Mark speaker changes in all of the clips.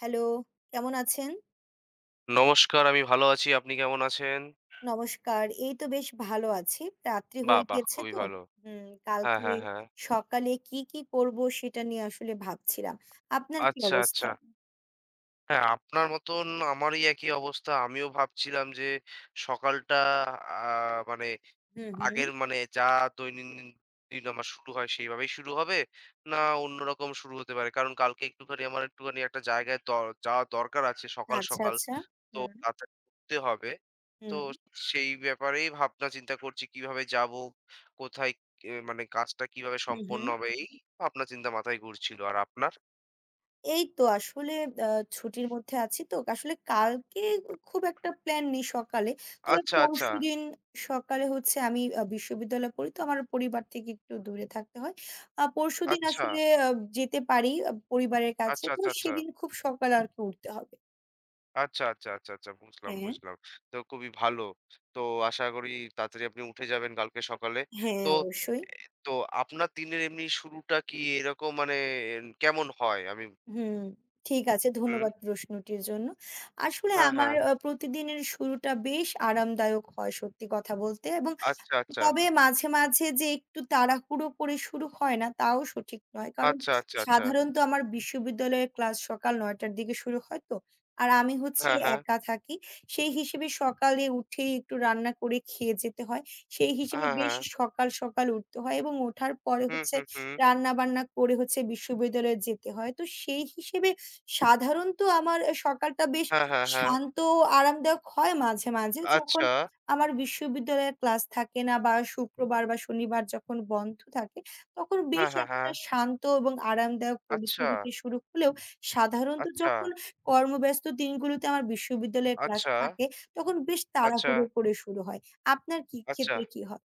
Speaker 1: Hello, কেমন আছেন?
Speaker 2: নমস্কার, আমি ভালো আছি। আপনি কেমন আছেন?
Speaker 1: নমস্কার। এই তো বেশ ভালো আছি। রাত্রি
Speaker 2: বাহ!
Speaker 1: হয়ে
Speaker 2: বাহ!
Speaker 1: গিয়েছে
Speaker 2: খুবই
Speaker 1: তো।
Speaker 2: ভালো।
Speaker 1: হুম,
Speaker 2: হ্যাঁ,
Speaker 1: কালকে
Speaker 2: হ্যাঁ, হ্যাঁ।
Speaker 1: সকালে কি করব সেটা নিয়ে আসলে ভাবছিলাম। আপনার কি
Speaker 2: আচ্ছা,
Speaker 1: অবস্থা?
Speaker 2: আচ্ছা। হ্যাঁ, আপনার মতন আমারই একই অবস্থা। আমিও ভাবছিলাম যে সকালটা আ মানে
Speaker 1: হুম, হুম।
Speaker 2: আগের মানে যা দৈনন্দিন দিন আমার শুরু হয় সেইভাবেই শুরু হবে, না অন্যরকম শুরু হতে পারে। কারণ কালকে একটুখানি আমার একটুখানি একটা জায়গায় যাওয়া দরকার আছে সকাল,
Speaker 1: আচ্ছা,
Speaker 2: সকাল।
Speaker 1: আচ্ছা।
Speaker 2: তো
Speaker 1: হুম,
Speaker 2: তাড়াতাড়ি করতে হবে। তো
Speaker 1: হুম,
Speaker 2: সেই ব্যাপারেই ভাবনা চিন্তা করছি কিভাবে যাব, কোথায় মানে কাজটা কিভাবে
Speaker 1: হুম,
Speaker 2: সম্পন্ন
Speaker 1: হুম।
Speaker 2: হবে এই ভাবনা চিন্তা মাথায় ঘুরছিল। আর আপনার?
Speaker 1: এই তো আসলে আ ছুটির মধ্যে আছি তো। আসলে কালকে খুব একটা প্ল্যান নেই সকালে। তবে
Speaker 2: আচ্ছা, আচ্ছা,
Speaker 1: পরশুদিন সকালে হচ্ছে আমি বিশ্ববিদ্যালয়ে পড়ি তো আমার পরিবার থেকে একটু দূরে থাকতে হয়। পরশুদিন
Speaker 2: আচ্ছা,
Speaker 1: আসলে আ যেতে পারি পরিবারের কাছে।
Speaker 2: আচ্ছা,
Speaker 1: তো
Speaker 2: আচ্ছা, আচ্ছা,
Speaker 1: সেদিন খুব সকালে আরকি উঠতে হবে।
Speaker 2: আচ্ছা, আচ্ছা, আচ্ছা, আচ্ছা বুঝলাম,
Speaker 1: হ্যাঁ,
Speaker 2: বুঝলাম। তো খুবই ভালো। তো আশা করি তাড়াতাড়ি আপনি উঠে যাবেন কালকে সকালে।
Speaker 1: হ্যাঁ
Speaker 2: তো
Speaker 1: অবশ্যই।
Speaker 2: তো আপনার দিনের এমনি শুরুটা কি এরকম মানে কেমন হয়? আমি
Speaker 1: হুম, ঠিক আছে।
Speaker 2: হুম,
Speaker 1: ধন্যবাদ প্রশ্নটির জন্য। আসলে
Speaker 2: হ্যাঁ,
Speaker 1: আমার
Speaker 2: হ্যাঁ।
Speaker 1: প্রতিদিনের শুরুটা বেশ আরামদায়ক হয় সত্যি কথা বলতে। এবং
Speaker 2: আচ্ছা, আচ্ছা,
Speaker 1: তবে মাঝে, মাঝে যে একটু তাড়াহুড়ো করে শুরু হয় না তাও সঠিক নয়। কারণ
Speaker 2: আচ্ছা, আচ্ছা, আচ্ছা।
Speaker 1: সাধারণত আমার বিশ্ববিদ্যালয়ের ক্লাস সকাল ৯টার টার দিকে শুরু হয় তো। আর আমি হচ্ছি
Speaker 2: হ্যাঁ, হ্যাঁ,
Speaker 1: একা থাকি। সেই হিসেবে সকালে উঠেই একটু রান্না করে খেয়ে যেতে হয়। সেই হিসেবে
Speaker 2: হ্যাঁ,
Speaker 1: বেশ
Speaker 2: হ্যাঁ।
Speaker 1: সকাল, সকাল উঠতে হয় এবং ওঠার পরে
Speaker 2: হুম,
Speaker 1: হচ্ছে
Speaker 2: হুম, হুম।
Speaker 1: রান্না-বান্না করে হচ্ছে বিশ্ববিদ্যালয়ে যেতে হয়। তো সেই হিসেবে সাধারণত আমার এ সকালটা বেশ
Speaker 2: হ্যাঁ, হ্যাঁ, হ্যাঁ।
Speaker 1: শান্ত ও আরামদায়ক হয় মাঝে, মাঝে। যখন
Speaker 2: আচ্ছা।
Speaker 1: আমার বিশ্ববিদ্যালয়ের ক্লাস থাকে না বা শুক্রবার বা শনিবার যখন বন্ধ থাকে, তখন
Speaker 2: হ্যাঁ,
Speaker 1: বেশ
Speaker 2: হ্যাঁ, হ্যাঁ।
Speaker 1: একটা শান্ত এবং আরামদায়ক
Speaker 2: আচ্ছা,
Speaker 1: পরিস্থিতিতে শুরু হলেও সাধারণত
Speaker 2: আচ্ছা,
Speaker 1: যখন কর্মব্যস্ত দিনগুলোতে আমার বিশ্ববিদ্যালয়ের ক্লাস
Speaker 2: আচ্ছা,
Speaker 1: থাকে, তখন বেশ
Speaker 2: আচ্ছা,
Speaker 1: তাড়াহুড়ো করে শুরু হয়। আপনার কি
Speaker 2: আচ্ছা।
Speaker 1: ক্ষেত্রে কি হয়?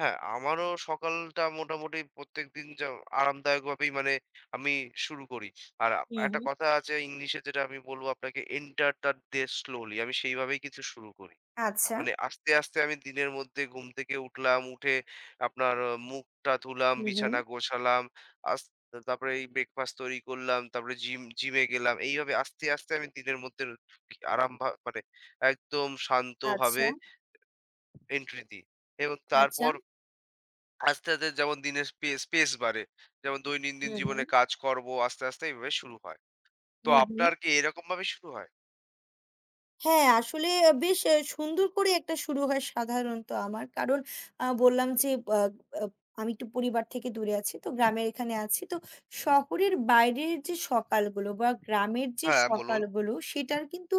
Speaker 2: হ্যাঁ, আমারও সকালটা মোটামুটি প্রত্যেকদিন যা আরামদায়কভাবেই মানে আমি শুরু করি। আর
Speaker 1: হুম,
Speaker 2: একটা
Speaker 1: হুম।
Speaker 2: কথা আছে ইংলিশে যেটা আমি বলব আপনাকে, "Enter the day slowly" আমি সেইভাবেই কিন্তু শুরু করি।
Speaker 1: আচ্ছা।
Speaker 2: মানে আস্তে, আস্তে আমি দিনের মধ্যে ঘুম থেকে উঠলাম, উঠে আপনার মুখটা ধুলাম,
Speaker 1: হুম, হুম।
Speaker 2: বিছানা গোছালাম। আস তারপরে এই ব্রেকফাস্ট তৈরি করলাম। তারপরে জিমে গেলাম। এইভাবে আস্তে, আস্তে আমি দিনের মধ্যে আরাম ভা মানে একদম
Speaker 1: আচ্ছা,
Speaker 2: শান্তভাবে এন্ট্রি দিই। এবং
Speaker 1: আচ্ছা।
Speaker 2: তারপর আস্তে, আস্তে যেমন দিনের স্পেস বাড়ে। যেমন দৈনন্দিন
Speaker 1: হুম, হুম।
Speaker 2: জীবনে কাজকর্ম আস্তে, আস্তে এইভাবে শুরু হয়। তো
Speaker 1: হুম, হুম।
Speaker 2: আপনার কি এরকমভাবে শুরু হয়?
Speaker 1: হ্যাঁ, আসলে বেশ সুন্দর করে একটা শুরু হয় সাধারণত আমার। কারণ বললাম যে আ আ আমি একটু পরিবার থেকে দূরে আছি। তো গ্রামের এখানে আছি। তো শহরের বাইরের যে সকালগুলো বা গ্রামের যে
Speaker 2: হ্যাঁ, বলুন।
Speaker 1: সকালগুলো সেটার কিন্তু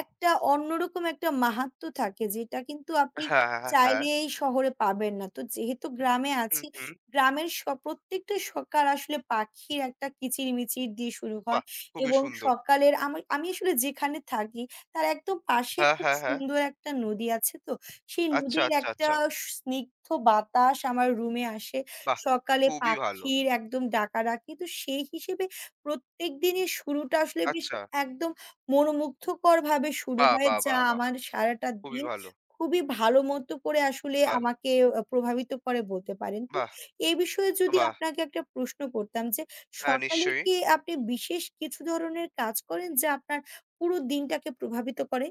Speaker 1: একটা অন্যরকম একটা মাহাত্ম্য থাকে যেটা কিন্তু আপনি
Speaker 2: হ্যাঁ, হ্যাঁ, হ্যাঁ।
Speaker 1: চাইলেই শহরে পাবেন না। তো যেহেতু গ্রামে
Speaker 2: হুম,
Speaker 1: আছি,
Speaker 2: হুম।
Speaker 1: গ্রামের স প্রত্যেকটা সকাল আসলে পাখির একটা কিচিরমিচির দিয়ে শুরু হয়
Speaker 2: বাহ! খুবই
Speaker 1: এবং
Speaker 2: সুন্দর।
Speaker 1: সকালের আমি আমি আসলে যেখানে থাকি তার একদম পাশে
Speaker 2: হ্যাঁ,
Speaker 1: খুব
Speaker 2: হ্যাঁ, হ্যাঁ।
Speaker 1: সুন্দর একটা নদী আছে তো। সেই
Speaker 2: আচ্ছা,
Speaker 1: নদীর
Speaker 2: আচ্ছা,
Speaker 1: একটা
Speaker 2: আচ্ছা।
Speaker 1: স্নিগ্ধ বাতাস আমার রুমে আসে।
Speaker 2: বাহ!
Speaker 1: সকালে
Speaker 2: খুবই ভালো।
Speaker 1: পাখির একদম ডাকাডাকি। তো সেই হিসেবে প্রত্যেকদিনের শুরুটা আসলে বেশ
Speaker 2: আচ্ছা।
Speaker 1: একদম মনোমুগ্ধকরভাবে শুরু
Speaker 2: বাহ,
Speaker 1: হয়,
Speaker 2: বাহ,
Speaker 1: যা
Speaker 2: বাহ, বাহ!
Speaker 1: আমার সারাটা
Speaker 2: খুবই
Speaker 1: দিন
Speaker 2: ভালো।
Speaker 1: খুবই ভালো মতো করে আসলে
Speaker 2: বাহ,
Speaker 1: আমাকে প্রভাবিত করে বলতে পারেন। তো
Speaker 2: বাহ,
Speaker 1: এই বিষয়ে যদি
Speaker 2: বাহ!
Speaker 1: আপনাকে একটা প্রশ্ন করতাম যে,
Speaker 2: হ্যাঁ,
Speaker 1: সকালে
Speaker 2: নিশ্চয়ই।
Speaker 1: কি আপনি বিশেষ কিছু ধরনের কাজ করেন যা আপনার পুরো দিনটাকে প্রভাবিত করে।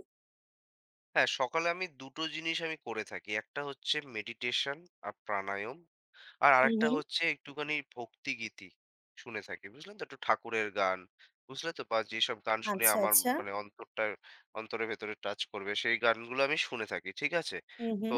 Speaker 2: হ্যাঁ, সকালে আমি ২ টো জিনিস আমি করে থাকি। একটা হচ্ছে মেডিটেশন আর প্রাণায়াম। আর
Speaker 1: হুম,
Speaker 2: আরেকটা
Speaker 1: হুম।
Speaker 2: হচ্ছে একটুখানি ভক্তিগীতি শুনে থাকি। বুঝলেন তো? একটু ঠাকুরের গান। বুঝলে তো? বা যেসব গান শুনে
Speaker 1: আচ্ছা,
Speaker 2: আমার
Speaker 1: আচ্ছা।
Speaker 2: মানে অন্তরটা অন্তরের ভেতরে টাচ করবে সেই গানগুলো আমি শুনে থাকি। ঠিক আছে?
Speaker 1: হুম,
Speaker 2: তো
Speaker 1: হুম।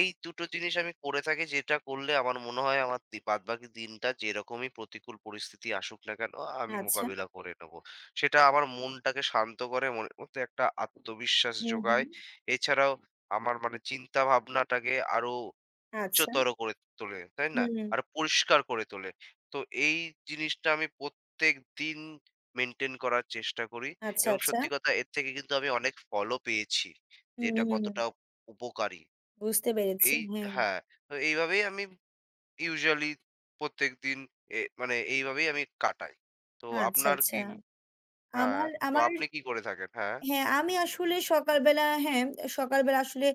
Speaker 2: এই দুটো জিনিস আমি করে থাকি যেটা করলে আমার মনে হয় আমার বাদবাকি দিনটা যেরকমই প্রতিকূল পরিস্থিতি আসুক না কেন আমি
Speaker 1: আচ্ছা।
Speaker 2: মোকাবিলা করে নেব। সেটা আমার মনটাকে শান্ত করে, মনের মধ্যে একটা আত্মবিশ্বাস
Speaker 1: হুম, হুম।
Speaker 2: যোগায়। এছাড়াও আমার মানে চিন্তা ভাবনাটাকে আরো
Speaker 1: আচ্ছা।
Speaker 2: উচ্চতর করে তোলে, তাই না?
Speaker 1: হুম, হুম।
Speaker 2: আরো পরিষ্কার করে তোলে। তো এই জিনিসটা আমি প্রত্যেকদিন মেইনটেইন করার চেষ্টা করি
Speaker 1: আচ্ছা,
Speaker 2: এবং
Speaker 1: আচ্ছা।
Speaker 2: সত্যি কথা এর থেকে কিন্তু আমি অনেক ফলও পেয়েছি যে
Speaker 1: হুম।
Speaker 2: এটা
Speaker 1: হুম হুম,
Speaker 2: কতটা উপকারী।
Speaker 1: বুঝতে পেরেছি।
Speaker 2: এই
Speaker 1: হ্যাঁ।
Speaker 2: হ্যাঁ, তো এইভাবেই আমি ইউজুয়ালি প্রত্যেকদিন মানে এইভাবেই আমি কাটাই। তো
Speaker 1: আচ্ছা,
Speaker 2: আপনার
Speaker 1: আচ্ছা।
Speaker 2: কি হ্যাঁ,
Speaker 1: আমার
Speaker 2: তো
Speaker 1: আমার
Speaker 2: আপনি কি করে থাকেন? হ্যাঁ।
Speaker 1: হ্যাঁ, আমি আসলে সকালবেলা হ্যাঁ, সকালবেলা আসলে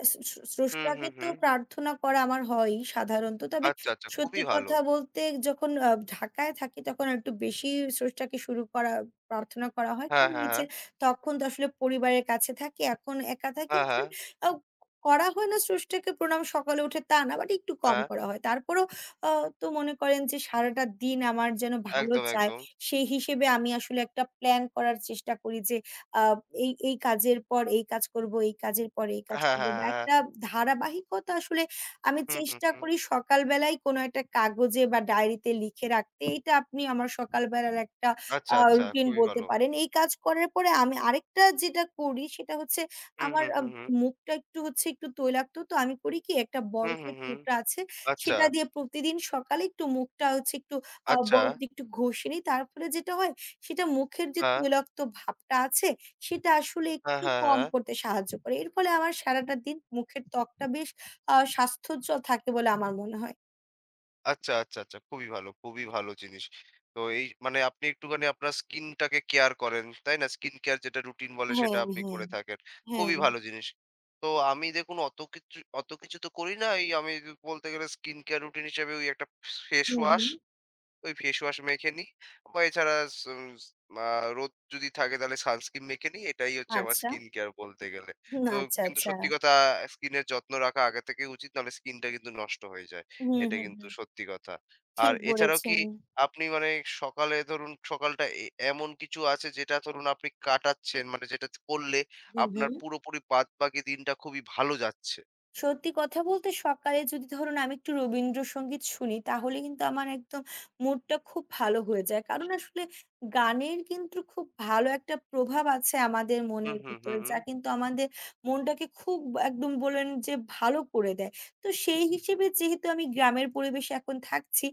Speaker 1: আ স স
Speaker 2: হুম,
Speaker 1: স্রষ্টাকে
Speaker 2: হুম,
Speaker 1: তো
Speaker 2: হুম।
Speaker 1: প্রার্থনা করা আমার হয়ই সাধারণত। তবে
Speaker 2: আচ্ছা, আচ্ছা
Speaker 1: সত্যি
Speaker 2: খুবই ভালো।
Speaker 1: কথা বলতে যখন ঢাকায় থাকি তখন আর একটু বেশি স্রষ্টাকে শুরু করা প্রার্থনা করা হয়।
Speaker 2: হ্যাঁ,
Speaker 1: কারণ
Speaker 2: হ্যাঁ, হ্যাঁ,
Speaker 1: নিচে তখন তো আসলে পরিবারের কাছে থাকি। এখন একা থাকি
Speaker 2: হ্যাঁ,
Speaker 1: আসলে
Speaker 2: হ্যাঁ,
Speaker 1: আ করা হয় না স্রষ্টাকে প্রণাম সকালে উঠে তা না, বাট একটু কম
Speaker 2: হ্যাঁ,
Speaker 1: করা হয়। তারপরেও আ তো মনে করেন যে সারাটা দিন আমার যেন ভালো
Speaker 2: একদম,
Speaker 1: যায়
Speaker 2: একদম।
Speaker 1: সেই হিসেবে আমি আসলে একটা প্ল্যান করার চেষ্টা করি যে আ এই কাজের পর এই কাজ করব, এই কাজের পর এই কাজ
Speaker 2: হ্যাঁ,
Speaker 1: করব
Speaker 2: হ্যাঁ,
Speaker 1: বা
Speaker 2: হ্যাঁ, হ্যাঁ,
Speaker 1: একটা ধারাবাহিকতা আসলে আমি
Speaker 2: হুম, হুম,
Speaker 1: চেষ্টা
Speaker 2: হুম।
Speaker 1: করি সকালবেলায় কোনো একটা কাগজে বা ডায়েরিতে লিখে রাখতে। এইটা আপনি আমার সকালবেলার একটা
Speaker 2: আচ্ছা, আচ্ছা
Speaker 1: রুটিন
Speaker 2: খুবই
Speaker 1: বলতে
Speaker 2: ভালো।
Speaker 1: পারেন। এই কাজ করার পরে আমি আরেকটা যেটা করি সেটা হচ্ছে
Speaker 2: হুম,
Speaker 1: আমার
Speaker 2: হুম, হুম, হুম,
Speaker 1: মুখটা একটু হচ্ছে একটু তৈলাক্ত তো আমি করি কি একটা
Speaker 2: হুম, হুম,
Speaker 1: বরফের
Speaker 2: হুম।
Speaker 1: টুকরা আছে
Speaker 2: আচ্ছা,
Speaker 1: সেটা দিয়ে প্রতিদিন সকালে একটু মুখটা হচ্ছে একটু
Speaker 2: আচ্ছা।
Speaker 1: বরফ দিয়ে একটু ঘষে নিই। তার ফলে যেটা হয় সেটা মুখের যে
Speaker 2: হ্যাঁ,
Speaker 1: তৈলাক্ত ভাবটা আছে সেটা আসলে
Speaker 2: হ্যাঁ,
Speaker 1: একটু
Speaker 2: হ্যাঁ,
Speaker 1: কম
Speaker 2: হ্যাঁ।
Speaker 1: করতে সাহায্য করে। এর ফলে আমার সারাটা দিন মুখের ত্বকটা বেশ স্বাস্থ্যোজ্জ্বল থাকে বলে আমার মনে হয়।
Speaker 2: আচ্ছা, আচ্ছা, আচ্ছা। খুবই ভালো, খুবই ভালো জিনিস। তো এই মানে আপনি একটুখানি আপনার স্কিনটাকে কেয়ার করেন, তাই না? স্কিন কেয়ার যেটা রুটিন বলে সেটা
Speaker 1: হ্যাঁ,
Speaker 2: আপনি
Speaker 1: হ্যাঁ,
Speaker 2: করে থাকেন।
Speaker 1: হ্যাঁ।
Speaker 2: খুবই ভালো জিনিস। তো আমি দেখুন অত কিছু তো করি না। এই আমি বলতে গেলে স্কিন কেয়ার রুটিন হিসেবে ওই একটা face
Speaker 1: hmm,
Speaker 2: wash
Speaker 1: hmm.
Speaker 2: Face wash মেখে নিই বা এছাড়া স স আ রোদ যদি থাকে তাহলে সানস্ক্রিন মেখে নিই। এটাই হচ্ছে আমার
Speaker 1: আচ্ছা।
Speaker 2: স্কিন কেয়ার বলতে গেলে।
Speaker 1: হুম,
Speaker 2: তো
Speaker 1: আচ্ছা,
Speaker 2: কিন্তু
Speaker 1: আচ্ছা।
Speaker 2: সত্যি কথা স্কিনের যত্ন রাখা আগে থেকেই উচিত। নাহলে স্কিনটা কিন্তু নষ্ট হয়ে যায়।
Speaker 1: হুম,
Speaker 2: এটা
Speaker 1: হুম,
Speaker 2: কিন্তু
Speaker 1: হুম।
Speaker 2: সত্যি কথা। আর
Speaker 1: ঠিক
Speaker 2: এছাড়াও কি
Speaker 1: বলেছেন।
Speaker 2: আপনি মানে সকালে ধরুন সকালটা এমন কিছু আছে যেটা ধরুন আপনি কাটাচ্ছেন মানে যেটা করলে
Speaker 1: হুম,
Speaker 2: আপনার
Speaker 1: হুম।
Speaker 2: পুরোপুরি বাদবাকি দিনটা খুবই ভালো যাচ্ছে?
Speaker 1: সত্যি কথা বলতে সকালে যদি ধরুন আমি একটু রবীন্দ্রসঙ্গীত শুনি তাহলে কিন্তু আমার একদম মুডটা খুব ভালো হয়ে যায়। কারণ আসলে গানের কিন্তু খুব ভালো একটা প্রভাব আছে আমাদের
Speaker 2: হুম,
Speaker 1: মনের
Speaker 2: হুম, হুম,
Speaker 1: ভিতরে
Speaker 2: হুম।
Speaker 1: যা কিন্তু আমাদের মনটাকে খুব একদম বললেন যে ভালো করে দেয়। তো সেই হিসেবে যেহেতু আমি গ্রামের পরিবেশে এখন থাকছি,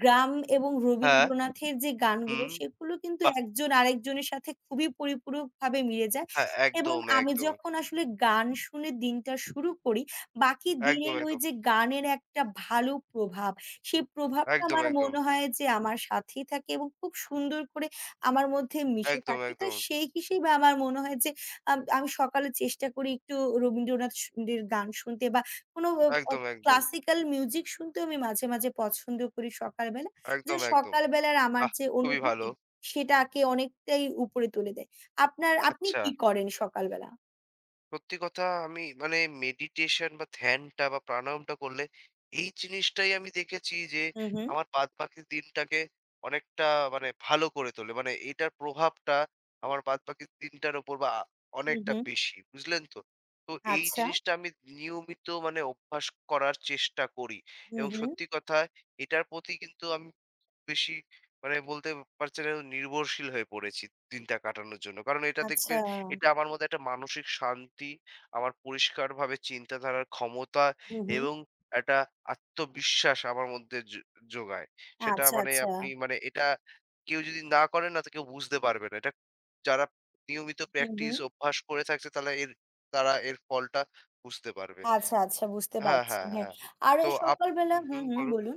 Speaker 1: গ্রাম এবং
Speaker 2: হ্যাঁ,
Speaker 1: রবীন্দ্রনাথের যে গানগুলো
Speaker 2: হুম।
Speaker 1: সেগুলো কিন্তু
Speaker 2: বাহ!
Speaker 1: একজন আরেকজনের সাথে খুবই পরিপূরকভাবে মিলে যায়
Speaker 2: হ্যাঁ,
Speaker 1: এবং
Speaker 2: একদম,
Speaker 1: আমি
Speaker 2: একদম।
Speaker 1: যখন আসলে গান শুনে দিনটা শুরু করি বাকি
Speaker 2: একদম,
Speaker 1: দিনের ওই
Speaker 2: একদম।
Speaker 1: যে গানের একটা ভালো প্রভাব, সেই প্রভাবটা
Speaker 2: একদম,
Speaker 1: আমার
Speaker 2: একদম।
Speaker 1: মনে হয় যে আমার সাথেই থাকে এবং খুব সুন্দর করে আমার মধ্যে মিশে
Speaker 2: একদম,
Speaker 1: থাকে। তো
Speaker 2: একদম।
Speaker 1: সেই হিসেবে আমার মনে হয় যে আমি সকালে চেষ্টা করি একটু রবীন্দ্রনাথ স দের গান শুনতে বা কোনো অ অ
Speaker 2: একদম, একদম।
Speaker 1: ক্লাসিক্যাল মিউজিক শুনতেও আমি মাঝে, মাঝে পছন্দ করি সকালবেলা। যে
Speaker 2: একদম, একদম।
Speaker 1: সকালবেলার আমার
Speaker 2: বাহ!
Speaker 1: যে
Speaker 2: খুবই ভালো।
Speaker 1: অনুভূতি সেটাকে অনেকটাই উপরে তুলে দেয়। আপনার আপনি
Speaker 2: আচ্ছা,
Speaker 1: কি করেন সকালবেলা?
Speaker 2: সত্যি কথা আমি মানে মেডিটেশন বা ধ্যানটা বা প্রাণায়ামটা করলে এই জিনিসটাই আমি দেখেছি যে
Speaker 1: হু, হু।
Speaker 2: আমার বাদবাকি দিনটাকে অনেকটা মানে ভালো করে তোলে। মানে এটার প্রভাবটা আমার বাদবাকি দিনটার উপর বা
Speaker 1: হু,
Speaker 2: অনেকটা
Speaker 1: হু।
Speaker 2: বেশি। বুঝলেন তো? তো এই
Speaker 1: আচ্ছা।
Speaker 2: জিনিসটা আমি নিয়মিত মানে অভ্যাস করার চেষ্টা করি
Speaker 1: হু,
Speaker 2: এবং
Speaker 1: হু।
Speaker 2: সত্যি কথা এটার প্রতি কিন্তু আমি বেশি মানে বলতে পারছেন একদম নির্ভরশীল হয়ে পড়েছি দিনটা কাটানোর জন্য। কারণ এটা
Speaker 1: আচ্ছা।
Speaker 2: দেখবেন এটা আমার মধ্যে একটা মানসিক শান্তি, আমার পরিষ্কারভাবে চিন্তাধারার ক্ষমতা
Speaker 1: হুম, হুম।
Speaker 2: এবং একটা আত্মবিশ্বাস আমার মধ্যে যোগায়। সেটা
Speaker 1: আচ্ছা,
Speaker 2: মানে
Speaker 1: আচ্ছা।
Speaker 2: আপনি মানে এটা কেউ যদি না করেন না তো কেউ বুঝতে পারবে না। এটা যারা নিয়মিত
Speaker 1: হুম,
Speaker 2: প্র্যাকটিস
Speaker 1: হুম।
Speaker 2: অভ্যাস করে থাকছে তাহলে এর তারা এর ফলটা বুঝতে পারবে।
Speaker 1: আচ্ছা, আচ্ছা বুঝতে
Speaker 2: হ্যাঁ,
Speaker 1: পারছি।
Speaker 2: হ্যাঁ,
Speaker 1: হ্যাঁ।
Speaker 2: হ্যাঁ।
Speaker 1: আর
Speaker 2: তো
Speaker 1: এই
Speaker 2: আপ
Speaker 1: সকালবেলা
Speaker 2: হুম, হুম,
Speaker 1: হুম, হুম
Speaker 2: বলুন।
Speaker 1: বলুন।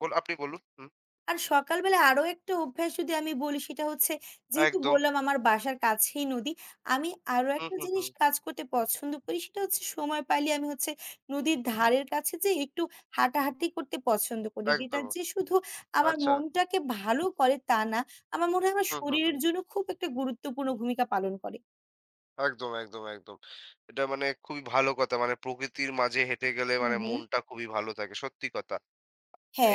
Speaker 2: আপনি বলুন। হুম,
Speaker 1: আর সকালবেলা আরো একটা অভ্যাস যদি আমি বলি সেটা হচ্ছে যেহেতু
Speaker 2: একদম।
Speaker 1: বললাম আমার বাসার কাছেই নদী। আমি আরো
Speaker 2: হুম,
Speaker 1: একটা
Speaker 2: হুম,
Speaker 1: জিনিস
Speaker 2: হুম।
Speaker 1: কাজ করতে পছন্দ করি সেটা হচ্ছে সময় পাইলে আমি হচ্ছে নদীর ধারের কাছে যেয়ে একটু হাঁটাহাঁটি করতে পছন্দ করি। যেটা
Speaker 2: একদম।
Speaker 1: যে শুধু আমার
Speaker 2: আচ্ছা।
Speaker 1: মনটাকে ভালো করে তা না। আমার মনে হয় আমার
Speaker 2: হুম, হুম, হুম।
Speaker 1: শরীরের জন্য খুব একটা গুরুত্বপূর্ণ ভূমিকা পালন করে।
Speaker 2: একদম, একদম, একদম। এটা মানে খুবই ভালো কথা। মানে প্রকৃতির মাঝে হেঁটে গেলে
Speaker 1: হুম,
Speaker 2: মানে
Speaker 1: হুম।
Speaker 2: মনটা খুবই ভালো থাকে। সত্যি কথা।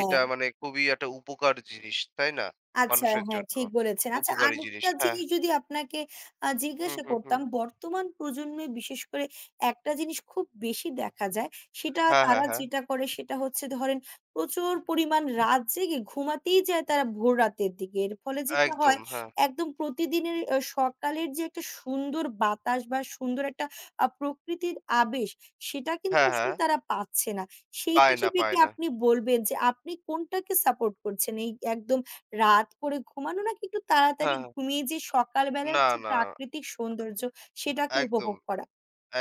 Speaker 2: এটা মানে খুবই একটা উপকার জিনিস, তাই না?
Speaker 1: আচ্ছা
Speaker 2: মানুষের
Speaker 1: হ্যাঁ,
Speaker 2: জন্য।
Speaker 1: ঠিক বলেছেন। আচ্ছা
Speaker 2: উপকারী জিনিস।
Speaker 1: আরেকটা
Speaker 2: হ্যাঁ।
Speaker 1: জিনিস যদি আপনাকে
Speaker 2: হুম,
Speaker 1: জিজ্ঞাসা
Speaker 2: হুম, হুম।
Speaker 1: করতাম, বর্তমান প্রজন্মে বিশেষ করে একটা জিনিস খুব বেশি দেখা যায়। সেটা
Speaker 2: হ্যাঁ, হ্যাঁ,
Speaker 1: তারা
Speaker 2: হ্যাঁ।
Speaker 1: যেটা করে সেটা হচ্ছে ধরেন প্রচুর পরিমাণ রাত জেগে ঘুমাতেই যায় তারা ভোর রাতের দিকে। এর ফলে যেটা
Speaker 2: একদম।
Speaker 1: হয়
Speaker 2: হ্যাঁ।
Speaker 1: একদম প্রতিদিনের সকালের যে একটা সুন্দর বাতাস বা সুন্দর একটা প্রকৃতির আবেশ সেটা কিন্তু
Speaker 2: হ্যাঁ,
Speaker 1: আসলে
Speaker 2: হ্যাঁ।
Speaker 1: তারা পাচ্ছে না। সেই
Speaker 2: পায় না,
Speaker 1: হিসেবে
Speaker 2: পায়
Speaker 1: কি
Speaker 2: না।
Speaker 1: আপনি বলবেন যে আপনি কোনটাকে সাপোর্ট করছেন? এই একদম রাত করে ঘুমানো নাকি একটু তাড়াতাড়ি
Speaker 2: হ্যাঁ, হ্যাঁ।
Speaker 1: ঘুমিয়ে যে সকালবেলার
Speaker 2: না,
Speaker 1: যে
Speaker 2: না।
Speaker 1: প্রাকৃতিক সৌন্দর্য সেটাকে
Speaker 2: একদম।
Speaker 1: উপভোগ করা?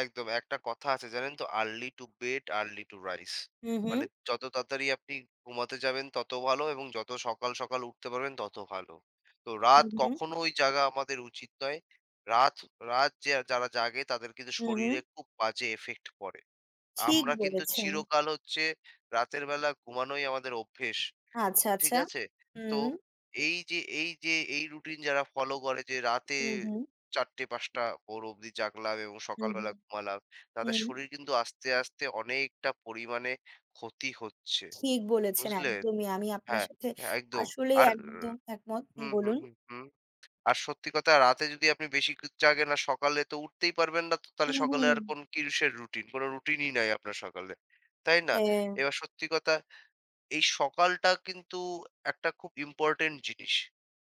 Speaker 2: একদম। একটা কথা আছে জানেন তো? "Early to bed, early to rise"
Speaker 1: হু, হু,
Speaker 2: মানে যত তাড়াতাড়ি আপনি ঘুমাতে যাবেন তত ভালো এবং যত সকাল, সকাল উঠতে পারবেন তত ভালো। তো
Speaker 1: হু,
Speaker 2: রাত
Speaker 1: হু,
Speaker 2: কখনোই জাগা আমাদের উচিত নয়। রাত রাত যে যারা জাগে তাদের কিন্তু
Speaker 1: হু, হু।
Speaker 2: শরীরে খুব বাজে এফেক্ট পড়ে।
Speaker 1: ঠিক
Speaker 2: আমরা কিন্তু
Speaker 1: বলেছেন।
Speaker 2: চিরকাল হচ্ছে রাতের বেলা ঘুমানোই আমাদের অভ্যেস।
Speaker 1: আচ্ছা,
Speaker 2: ঠিক
Speaker 1: আচ্ছা।
Speaker 2: আছে? তো
Speaker 1: হুম,
Speaker 2: এই যে এই রুটিন যারা ফলো করে যে রাতে
Speaker 1: হু, হু,
Speaker 2: ৪:০০-৫:০০ ভোর অবধি জাগলাম এবং
Speaker 1: হু, হু,
Speaker 2: সকালবেলা ঘুমালাম, তাদের
Speaker 1: হুম।
Speaker 2: শরীর কিন্তু আস্তে, আস্তে অনেকটা পরিমাণে ক্ষতি হচ্ছে।
Speaker 1: ঠিক বলেছেন
Speaker 2: বুঝলেন?
Speaker 1: একদমই। আমি আপনার
Speaker 2: হ্যাঁ,
Speaker 1: সাথে
Speaker 2: হ্যাঁ, একদম।
Speaker 1: আসলেই
Speaker 2: আর
Speaker 1: একদম একমত। হুম,
Speaker 2: হুম, হুম,
Speaker 1: বলুন।
Speaker 2: হুম, হুম। আর সত্যি কথা রাতে যদি আপনি বেশি জাগেন আর সকালে তো উঠতেই পারবেন না, তো
Speaker 1: হু,
Speaker 2: তাহলে
Speaker 1: হু।
Speaker 2: সকালে আর কোন কিসের রুটিন? কোন রুটিনই নাই আপনার সকালে। তাই না?
Speaker 1: হ্যাঁ।
Speaker 2: এবার সত্যি কথা এই সকালটা কিন্তু একটা খুব ইম্পোর্টেন্ট জিনিস।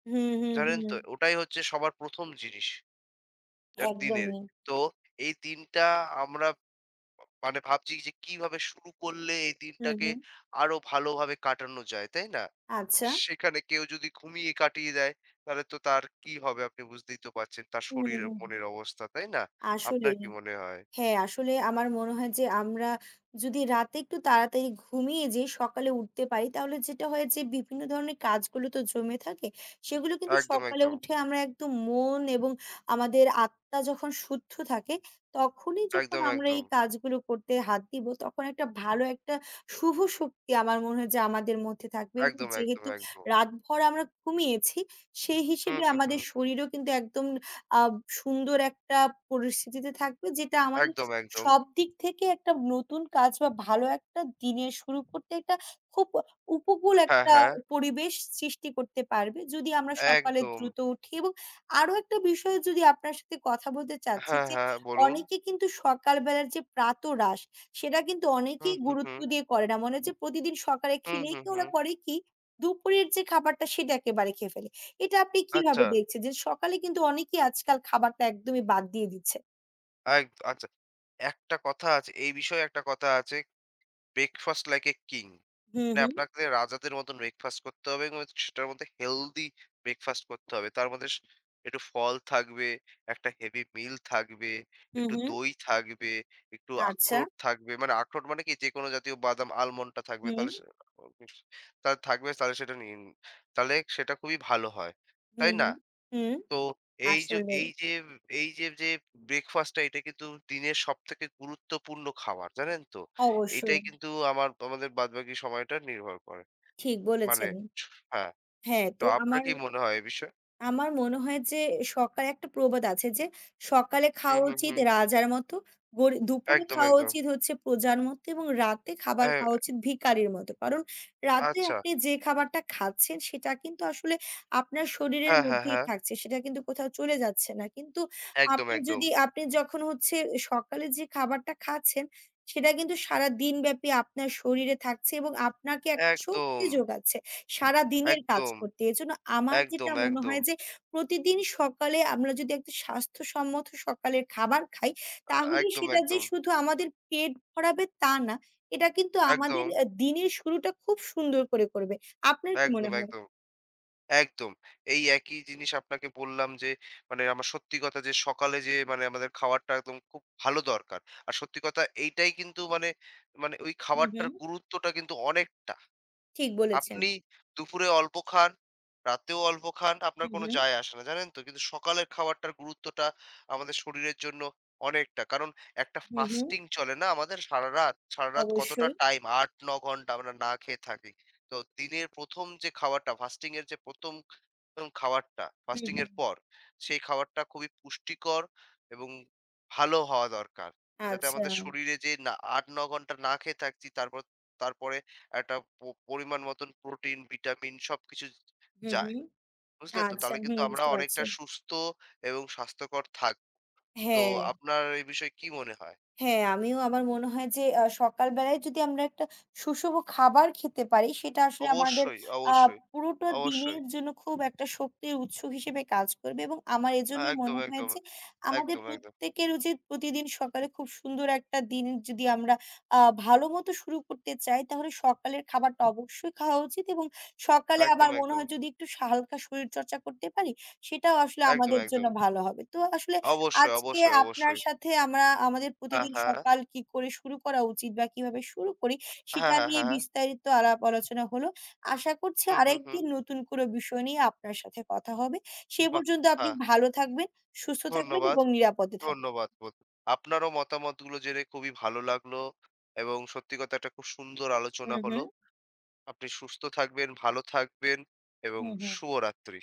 Speaker 1: হু, হু,
Speaker 2: জানেন
Speaker 1: হু।
Speaker 2: তো? ওটাই হচ্ছে সবার ১ম জিনিস দিনের।
Speaker 1: একদমই।
Speaker 2: তো এই দিনটা আমরা মানে ভাবছি যে কিভাবে শুরু করলে এই
Speaker 1: হু,
Speaker 2: দিনটাকে
Speaker 1: হু।
Speaker 2: আরো ভালোভাবে কাটানো যায়, তাই না?
Speaker 1: আচ্ছা।
Speaker 2: সেখানে কেউ যদি ঘুমিয়ে কাটিয়ে দেয়, তাহলে তো তার কি হবে আপনি বুঝতেই তো পারছেন তার
Speaker 1: হু, হু,
Speaker 2: শরীর ও
Speaker 1: হু।
Speaker 2: মনের অবস্থা, তাই না? আপনার
Speaker 1: আসলেই।
Speaker 2: কি মনে হয়?
Speaker 1: হ্যাঁ, আসলে আমার মনে হয় যে আমরা যদি রাতে একটু তাড়াতাড়ি ঘুমিয়ে যেয়ে সকালে উঠতে পারি তাহলে যেটা হয় যে বিভিন্ন ধরনের কাজগুলো তো জমে থাকে। সেগুলো কিন্তু
Speaker 2: একদম,
Speaker 1: সকালে
Speaker 2: একদম।
Speaker 1: উঠে আমরা একদম মন এবং আমাদের আত্মা যখন শুদ্ধ থাকে তখনই যখন
Speaker 2: একদম,
Speaker 1: আমরা এই
Speaker 2: একদম।
Speaker 1: কাজগুলো করতে হাত দিব তখন একটা ভালো একটা শুভ শক্তি আমার মনে হয় যে আমাদের মধ্যে থাকবে এবং
Speaker 2: একদম, একদম,
Speaker 1: যেহেতু
Speaker 2: একদম।
Speaker 1: রাতভর আমরা ঘুমিয়েছি সেই
Speaker 2: হুম,
Speaker 1: হিসেবে
Speaker 2: হুম, হুম।
Speaker 1: আমাদের শরীরও কিন্তু একদম আ সুন্দর একটা পরিস্থিতিতে থাকবে যেটা আমাদের
Speaker 2: একদম, একদম।
Speaker 1: সব দিক থেকে একটা নতুন কাজ বা ভালো একটা দিনের শুরু করতে একটা খুব উপকূল
Speaker 2: হ্যাঁ,
Speaker 1: একটা
Speaker 2: হ্যাঁ।
Speaker 1: পরিবেশ সৃষ্টি করতে পারবে। যদি আমরা সকালে
Speaker 2: একদম।
Speaker 1: দ্রুত উঠি এবং আরো একটা বিষয়ে যদি আপনার সাথে কথা বলতে চাচ্ছি
Speaker 2: হ্যাঁ,
Speaker 1: যে
Speaker 2: হ্যাঁ, বলুন।
Speaker 1: অনেকে কিন্তু সকালবেলার যে প্রাতরাশ সেটা কিন্তু
Speaker 2: হুম,
Speaker 1: অনেকেই
Speaker 2: হুম, হুম।
Speaker 1: গুরুত্ব দিয়ে করে না। মনে হচ্ছে প্রতিদিন সকালে
Speaker 2: হুম,
Speaker 1: খেলেই
Speaker 2: হুম,
Speaker 1: কি ওরা
Speaker 2: হুম।
Speaker 1: করে কি দুপুরের যে খাবারটা সেটা একেবারে খেয়ে ফেলে। এটা আপনি কিভাবে
Speaker 2: আচ্ছা।
Speaker 1: দেখছেন? যে সকালে কিন্তু অনেকেই আজকাল খাবারটা একদমই বাদ দিয়ে দিচ্ছে।
Speaker 2: এক আচ্ছা। একটা কথা আছে, এই বিষয়ে একটা কথা আছে ব্রেকফাস্ট লাইক এ কিং।
Speaker 1: হুম,
Speaker 2: মানে
Speaker 1: হুম,
Speaker 2: আপনাকে রাজাদের মতন ব্রেকফাস্ট করতে হবে এবং সেটার মধ্যে হেলদি ব্রেকফাস্ট করতে হবে। তার মধ্যে একটু ফল থাকবে, একটা হেভি মিল থাকবে,
Speaker 1: হুম,
Speaker 2: একটু
Speaker 1: হুম।
Speaker 2: দই থাকবে, একটু
Speaker 1: আচ্ছা।
Speaker 2: আখরোট থাকবে। মানে আখরোট মানে কি যেকোনো জাতীয় বাদাম আলমন্ডটা থাকবে
Speaker 1: হুম,
Speaker 2: তাহলে সে তাহলে থাকবে তাহলে সেটা নিন। তাহলে সেটা খুবই ভালো হয়। তাই
Speaker 1: হুম,
Speaker 2: না?
Speaker 1: হুম, হুম।
Speaker 2: তো এই যে
Speaker 1: আসলেই,
Speaker 2: এই যে এই যে যে ব্রেকফাস্টটা এটা কিন্তু দিনের সবথেকে গুরুত্বপূর্ণ খাবার জানেন তো?
Speaker 1: অবশ্যই।
Speaker 2: এটাই কিন্তু আমার আমাদের বাদবাকি সময়টা নির্ভর করে।
Speaker 1: ঠিক
Speaker 2: মানে
Speaker 1: বলেছেন।
Speaker 2: হ্যাঁ,
Speaker 1: হ্যাঁ,
Speaker 2: তো
Speaker 1: তো
Speaker 2: আপনার
Speaker 1: আমার
Speaker 2: কি মনে হয় এ বিষয়ে?
Speaker 1: আমার মনে হয় যে সকালে একটা প্রবাদ আছে যে, "সকালে
Speaker 2: হুম,
Speaker 1: খাওয়া
Speaker 2: হুম,
Speaker 1: উচিত
Speaker 2: হুম।
Speaker 1: রাজার মতো, গরি দুপুরে
Speaker 2: একদম,
Speaker 1: খাওয়া
Speaker 2: একদম।
Speaker 1: উচিত হচ্ছে প্রজার মতো এবং রাতে খাবার
Speaker 2: অ্যা
Speaker 1: খাওয়া উচিত ভিখারির মতো।" কারণ রাতে
Speaker 2: আচ্ছা।
Speaker 1: আপনি যে খাবারটা খাচ্ছেন সেটা কিন্তু আসলে আপনার শরীরের
Speaker 2: হ্যাঁ, হ্যাঁ,
Speaker 1: মধ্যেই
Speaker 2: হ্যাঁ।
Speaker 1: থাকছে। সেটা কিন্তু কোথাও চলে যাচ্ছে না। কিন্তু
Speaker 2: একদম, একদম।
Speaker 1: আপনি যখন হচ্ছে সকালে যে খাবারটা খাচ্ছেন, সেটা কিন্তু সারাদিনব্যাপী আপনার শরীরে থাকছে এবং আপনাকে একটা শক্তি
Speaker 2: একদম,
Speaker 1: যোগাচ্ছে। সারাদিনের কাজ
Speaker 2: একদম,
Speaker 1: করতে। এজন্য আমার
Speaker 2: একদম,
Speaker 1: যেটা মনে
Speaker 2: একদম।
Speaker 1: হয় যে প্রতিদিন সকালে আমরা যদি একটা স্বাস্থ্যসম্মত সকালের খাবার খাই,
Speaker 2: আ
Speaker 1: তাহলে
Speaker 2: একদম,
Speaker 1: সেটা যে
Speaker 2: একদম।
Speaker 1: শুধু আমাদের পেট ভরাবে তা না। এটা কিন্তু আমাদের
Speaker 2: একদম,
Speaker 1: দিনের শুরুটা খুব সুন্দর করে করবে। আপনার কি মনে
Speaker 2: একদম,
Speaker 1: হয়?
Speaker 2: একদম। একদম। এই একই জিনিস আপনাকে বললাম যে, মানে আমার সত্যি কথা যে সকালে যে মানে আমাদের খাবারটা একদম খুব ভালো দরকার। আর সত্যি কথা এইটাই কিন্তু মানে, মানে ওই
Speaker 1: হুম,
Speaker 2: খাবারটার
Speaker 1: হুম।
Speaker 2: গুরুত্বটা কিন্তু অনেকটা।
Speaker 1: ঠিক বলেছেন।
Speaker 2: আপনি দুপুরে অল্প খান, রাতেও অল্প খান, আপনার
Speaker 1: হুম,
Speaker 2: কোনো
Speaker 1: হুম।
Speaker 2: যায় আসে না। জানেন তো? কিন্তু সকালের খাবারটার গুরুত্বটা আমাদের শরীরের জন্য অনেকটা। কারণ একটা
Speaker 1: হুম, হুম।
Speaker 2: ফাস্টিং চলে না আমাদের সারারাত। সারারাত কতটা
Speaker 1: অবশ্যই।
Speaker 2: টাইম ৮-৯ ঘন্টা আমরা না খেয়ে থাকি। তো দিনের ১ম যে খাবারটা, ফাস্টিং এর যে ১ম এবং খাবারটা
Speaker 1: হুম,
Speaker 2: ফাস্টিং
Speaker 1: হুম।
Speaker 2: এর পর, সেই খাবারটা খুবই পুষ্টিকর এবং ভালো হওয়া দরকার। যাতে
Speaker 1: আচ্ছা।
Speaker 2: আমাদের শরীরে যে না ৮-৯ ঘন্টা না খেয়ে থাকছি তারপর তারপরে একটা পরিমাণ মতন প্রোটিন, ভিটামিন সবকিছু
Speaker 1: হুম,
Speaker 2: যায়।
Speaker 1: হুম।
Speaker 2: বুঝলে তো?
Speaker 1: আচ্ছা।
Speaker 2: তাহলে কিন্তু
Speaker 1: হুম,
Speaker 2: আমরা
Speaker 1: বুঝতে পারছি।
Speaker 2: অনেকটা সুস্থ এবং স্বাস্থ্যকর থাকব। তো
Speaker 1: হ্যাঁ।
Speaker 2: আপনার এই বিষয়ে কি মনে হয়?
Speaker 1: হ্যাঁ, আমিও আমার মনে হয় যে সকালবেলায় যদি আমরা একটা সুষম খাবার খেতে পারি সেটা আসলে আমাদের
Speaker 2: অবশ্যই,
Speaker 1: আ
Speaker 2: অবশ্যই,
Speaker 1: পুরোটা
Speaker 2: অবশ্যই।
Speaker 1: দিনের জন্য খুব একটা শক্তির উৎস হিসেবে কাজ করবে এবং আমার এজন্য
Speaker 2: একদম,
Speaker 1: মনে হয়
Speaker 2: একদম,
Speaker 1: যে আমাদের
Speaker 2: একদম, একদম,
Speaker 1: প্রত্যেকের উচিত প্রতিদিন সকালে খুব সুন্দর একটা দিন যদি আমরা আ ভালোমতো শুরু করতে চাই তাহলে সকালের খাবারটা অবশ্যই খাওয়া উচিত এবং সকালে
Speaker 2: একদম,
Speaker 1: আবার মনে
Speaker 2: একদম,
Speaker 1: হয় যদি একটু হালকা শরীরচর্চা করতে পারি সেটাও আসলে
Speaker 2: একদম,
Speaker 1: আমাদের জন্য
Speaker 2: একদম।
Speaker 1: ভালো হবে। তো আসলে
Speaker 2: অবশ্যই,
Speaker 1: আজকে
Speaker 2: অবশ্যই,
Speaker 1: আপনার
Speaker 2: অবশ্যই।
Speaker 1: সাথে আমরা আমাদের
Speaker 2: হ্যাঁ,
Speaker 1: প্রতিদিন
Speaker 2: হ্যাঁ।
Speaker 1: সকাল কি করে শুরু করা উচিত বা কিভাবে শুরু করি
Speaker 2: হ্যাঁ,
Speaker 1: সেটা
Speaker 2: হ্যাঁ,
Speaker 1: নিয়ে
Speaker 2: হ্যাঁ, হ্যাঁ।
Speaker 1: বিস্তারিত আলাপ আলোচনা হলো। আশা করছি
Speaker 2: হুম, হুম, হুম।
Speaker 1: আরেকদিন নতুন কোনো বিষয় নিয়ে আপনার সাথে কথা হবে। সে
Speaker 2: বাহ!
Speaker 1: পর্যন্ত আপনি
Speaker 2: হ্যাঁ,
Speaker 1: ভালো থাকবেন, সুস্থ থাকবেন
Speaker 2: ধন্যবাদ,
Speaker 1: এবং নিরাপদে থাকবেন।
Speaker 2: ধন্যবাদ বন্ধু। আপনারও মতামতগুলো জেনে খুবই ভালো লাগলো এবং সত্যি কথা একটা খুব সুন্দর
Speaker 1: হুম,
Speaker 2: আলোচনা
Speaker 1: হুম।
Speaker 2: হলো। আপনি সুস্থ থাকবেন, ভালো থাকবেন এবং
Speaker 1: হুম, হুম।
Speaker 2: শুভরাত্রি।